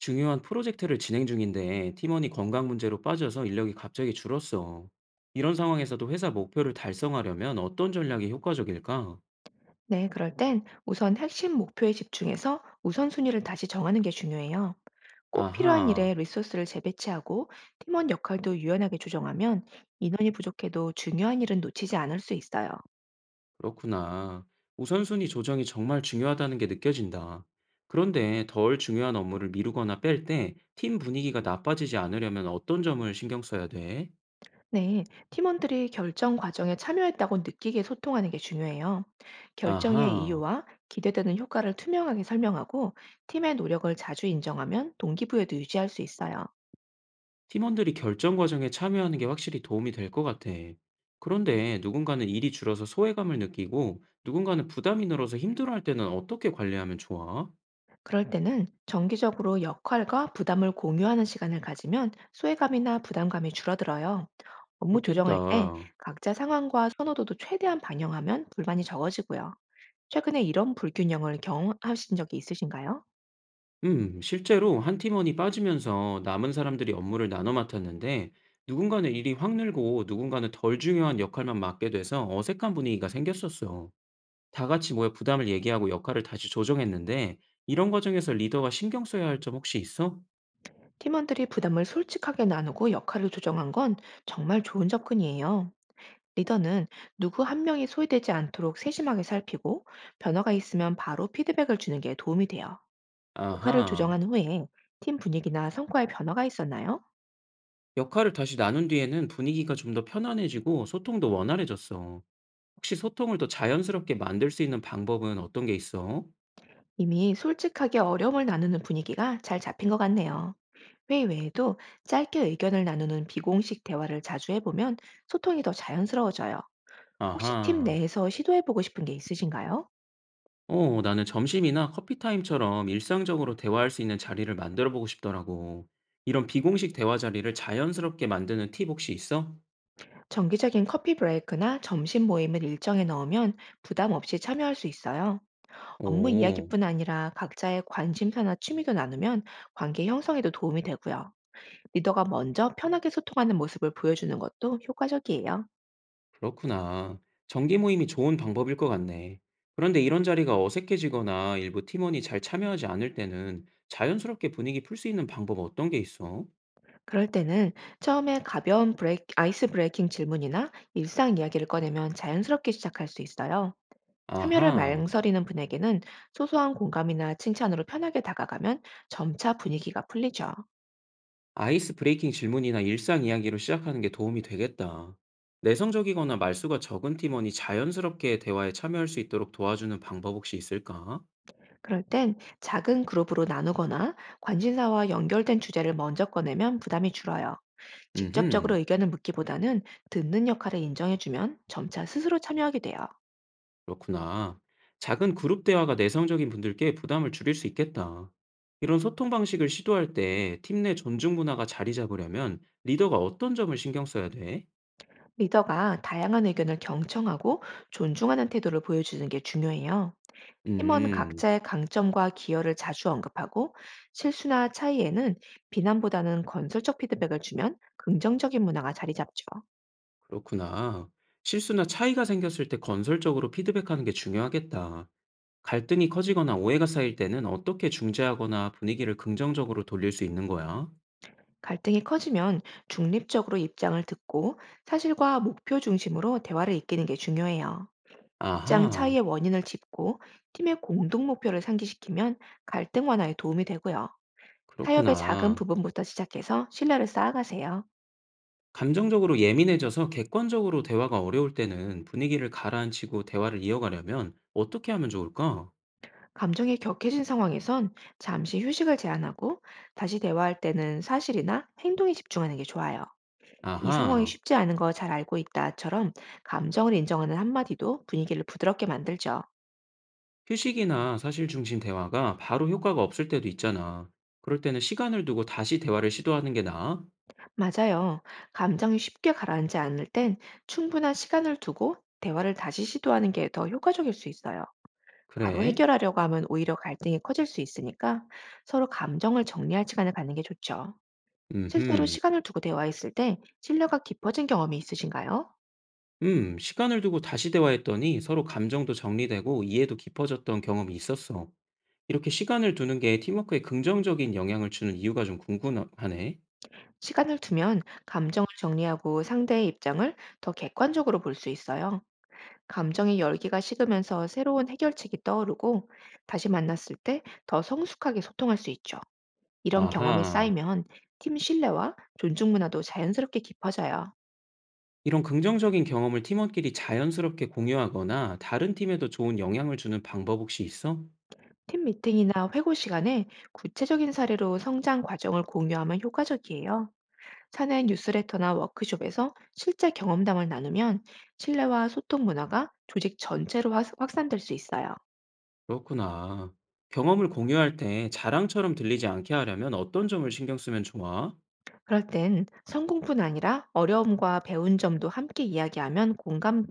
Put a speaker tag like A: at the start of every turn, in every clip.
A: 중요한 프로젝트를 진행 중인데 팀원이 건강 문제로 빠져서 인력이 갑자기 줄었어. 이런 상황에서도 회사 목표를 달성하려면 어떤 전략이 효과적일까?
B: 네, 그럴 땐 우선 핵심 목표에 집중해서 우선순위를 다시 정하는 게 중요해요. 꼭 필요한
A: 아하.
B: 일에 리소스를 재배치하고 팀원 역할도 유연하게 조정하면 인원이 부족해도 중요한 일은 놓치지 않을 수 있어요.
A: 그렇구나. 우선순위 조정이 정말 중요하다는 게 느껴진다. 그런데 덜 중요한 업무를 미루거나 뺄 때 팀 분위기가 나빠지지 않으려면 어떤 점을 신경 써야 돼?
B: 네, 팀원들이 결정 과정에 참여했다고 느끼게 소통하는 게 중요해요. 결정의
A: 아하.
B: 이유와 기대되는 효과를 투명하게 설명하고 팀의 노력을 자주 인정하면 동기부여도 유지할 수 있어요.
A: 팀원들이 결정 과정에 참여하는 게 확실히 도움이 될 것 같아. 그런데 누군가는 일이 줄어서 소외감을 느끼고 누군가는 부담이 늘어서 힘들어할 때는 어떻게 관리하면 좋아?
B: 그럴 때는 정기적으로 역할과 부담을 공유하는 시간을 가지면 소외감이나 부담감이 줄어들어요. 업무 조정할 때
A: 그렇겠다.
B: 각자 상황과 선호도도 최대한 반영하면 불만이 적어지고요. 최근에 이런 불균형을 경험하신 적이 있으신가요?
A: 실제로 한 팀원이 빠지면서 남은 사람들이 업무를 나눠 맡았는데 누군가는 일이 확 늘고 누군가는 덜 중요한 역할만 맡게 돼서 어색한 분위기가 생겼었어. 다 같이 모여 부담을 얘기하고 역할을 다시 조정했는데 이런 과정에서 리더가 신경 써야 할 점 혹시 있어?
B: 팀원들이 부담을 솔직하게 나누고 역할을 조정한 건 정말 좋은 접근이에요. 리더는 누구 한 명이 소외되지 않도록 세심하게 살피고 변화가 있으면 바로 피드백을 주는 게 도움이 돼요. 역할을
A: 아하.
B: 조정한 후에 팀 분위기나 성과에 변화가 있었나요?
A: 역할을 다시 나눈 뒤에는 분위기가 좀 더 편안해지고 소통도 원활해졌어. 혹시 소통을 더 자연스럽게 만들 수 있는 방법은 어떤 게 있어?
B: 이미 솔직하게 어려움을 나누는 분위기가 잘 잡힌 것 같네요. 회의 외에도 짧게 의견을 나누는 비공식 대화를 자주 해보면 소통이 더 자연스러워져요. 혹시 팀
A: 아하.
B: 내에서 시도해보고 싶은 게 있으신가요?
A: 어, 나는 점심이나 커피 타임처럼 일상적으로 대화할 수 있는 자리를 만들어 보고 싶더라고. 이런 비공식 대화 자리를 자연스럽게 만드는 팁 혹시 있어?
B: 정기적인 커피 브레이크나 점심 모임을 일정에 넣으면 부담 없이 참여할 수 있어요. 업무
A: 오,
B: 이야기뿐 아니라 각자의 관심사나 취미도 나누면 관계 형성에도 도움이 되고요. 리더가 먼저 편하게 소통하는 모습을 보여주는 것도 효과적이에요.
A: 그렇구나. 정기 모임이 좋은 방법일 것 같네. 그런데 이런 자리가 어색해지거나 일부 팀원이 잘 참여하지 않을 때는 자연스럽게 분위기 풀 수 있는 방법 어떤 게 있어?
B: 그럴 때는 처음에 가벼운 브레이크, 아이스 브레이킹 질문이나 일상 이야기를 꺼내면 자연스럽게 시작할 수 있어요. 참여를
A: 아하,
B: 망설이는 분에게는 소소한 공감이나 칭찬으로 편하게 다가가면 점차 분위기가 풀리죠.
A: 아이스 브레이킹 질문이나 일상 이야기로 시작하는 게 도움이 되겠다. 내성적이거나 말수가 적은 팀원이 자연스럽게 대화에 참여할 수 있도록 도와주는 방법 혹시 있을까?
B: 그럴 땐 작은 그룹으로 나누거나 관심사와 연결된 주제를 먼저 꺼내면 부담이 줄어요. 직접적으로
A: 음흠,
B: 의견을 묻기보다는 듣는 역할을 인정해주면 점차 스스로 참여하게 돼요.
A: 그렇구나. 작은 그룹 대화가 내성적인 분들께 부담을 줄일 수 있겠다. 이런 소통 방식을 시도할 때 팀 내 존중 문화가 자리 잡으려면 리더가 어떤 점을 신경 써야 돼?
B: 리더가 다양한 의견을 경청하고 존중하는 태도를 보여주는 게 중요해요. 팀원
A: 음,
B: 각자의 강점과 기여를 자주 언급하고 실수나 차이에는 비난보다는 건설적 피드백을 주면 긍정적인 문화가 자리 잡죠.
A: 그렇구나. 실수나 차이가 생겼을 때 건설적으로 피드백하는 게 중요하겠다. 갈등이 커지거나 오해가 쌓일 때는 어떻게 중재하거나 분위기를 긍정적으로 돌릴 수 있는 거야?
B: 갈등이 커지면 중립적으로 입장을 듣고 사실과 목표 중심으로 대화를 이끄는 게 중요해요. 입장
A: 아하,
B: 차이의 원인을 짚고 팀의 공동 목표를 상기시키면 갈등 완화에 도움이 되고요. 타협의 작은
A: 그렇구나.
B: 부분부터 시작해서 신뢰를 쌓아가세요.
A: 감정적으로 예민해져서 객관적으로 대화가 어려울 때는 분위기를 가라앉히고 대화를 이어가려면 어떻게 하면 좋을까?
B: 감정이 격해진 상황에선 잠시 휴식을 제한하고 다시 대화할 때는 사실이나 행동에 집중하는 게 좋아요. 이 상황이
A: 아하,
B: 쉽지 않은 거 잘 알고 있다처럼 감정을 인정하는 한마디도 분위기를 부드럽게 만들죠.
A: 휴식이나 사실 중심 대화가 바로 효과가 없을 때도 있잖아. 그럴 때는 시간을 두고 다시 대화를 시도하는 게 나아?
B: 맞아요. 감정이 쉽게 가라앉지 않을 땐 충분한 시간을 두고 대화를 다시 시도하는 게 더 효과적일 수 있어요. 바로
A: 그래?
B: 해결하려고 하면 오히려 갈등이 커질 수 있으니까 서로 감정을 정리할 시간을 갖는 게 좋죠. 실제로
A: 음흠.
B: 시간을 두고 대화했을 때 신뢰가 깊어진 경험이 있으신가요?
A: 시간을 두고 다시 대화했더니 서로 감정도 정리되고 이해도 깊어졌던 경험이 있었어. 이렇게 시간을 두는 게 팀워크에 긍정적인 영향을 주는 이유가 좀 궁금하네.
B: 시간을 두면 감정을 정리하고 상대의 입장을 더 객관적으로 볼 수 있어요. 감정의 열기가 식으면서 새로운 해결책이 떠오르고 다시 만났을 때 더 성숙하게 소통할 수 있죠. 이런 경험이
A: 아하,
B: 쌓이면 팀 신뢰와 존중 문화도 자연스럽게 깊어져요.
A: 이런 긍정적인 경험을 팀원끼리 자연스럽게 공유하거나 다른 팀에도 좋은 영향을 주는 방법 혹시 있어?
B: 팀 미팅이나 회고 시간에 구체적인 사례로 성장 과정을 공유하면 효과적이에요. 사내 뉴스레터나 워크숍에서 실제 경험담을 나누면 신뢰와 소통 문화가 조직 전체로 확산될 수 있어요.
A: 그렇구나. 경험을 공유할 때 자랑처럼 들리지 않게 하려면 어떤 점을 신경 쓰면 좋아?
B: 그럴 땐 성공뿐 아니라 어려움과 배운 점도 함께 이야기하면 공감이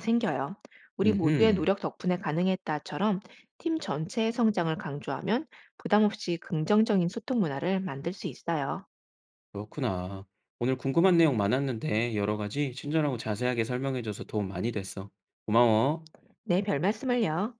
B: 생겨요. 우리 모두의
A: 음흠.
B: 노력 덕분에 가능했다처럼 팀 전체의 성장을 강조하면 부담 없이 긍정적인 소통 문화를 만들 수 있어요.
A: 그렇구나. 오늘 궁금한 내용 많았는데 여러 가지 친절하고 자세하게 설명해줘서 도움 많이 됐어. 고마워.
B: 네, 별 말씀을요.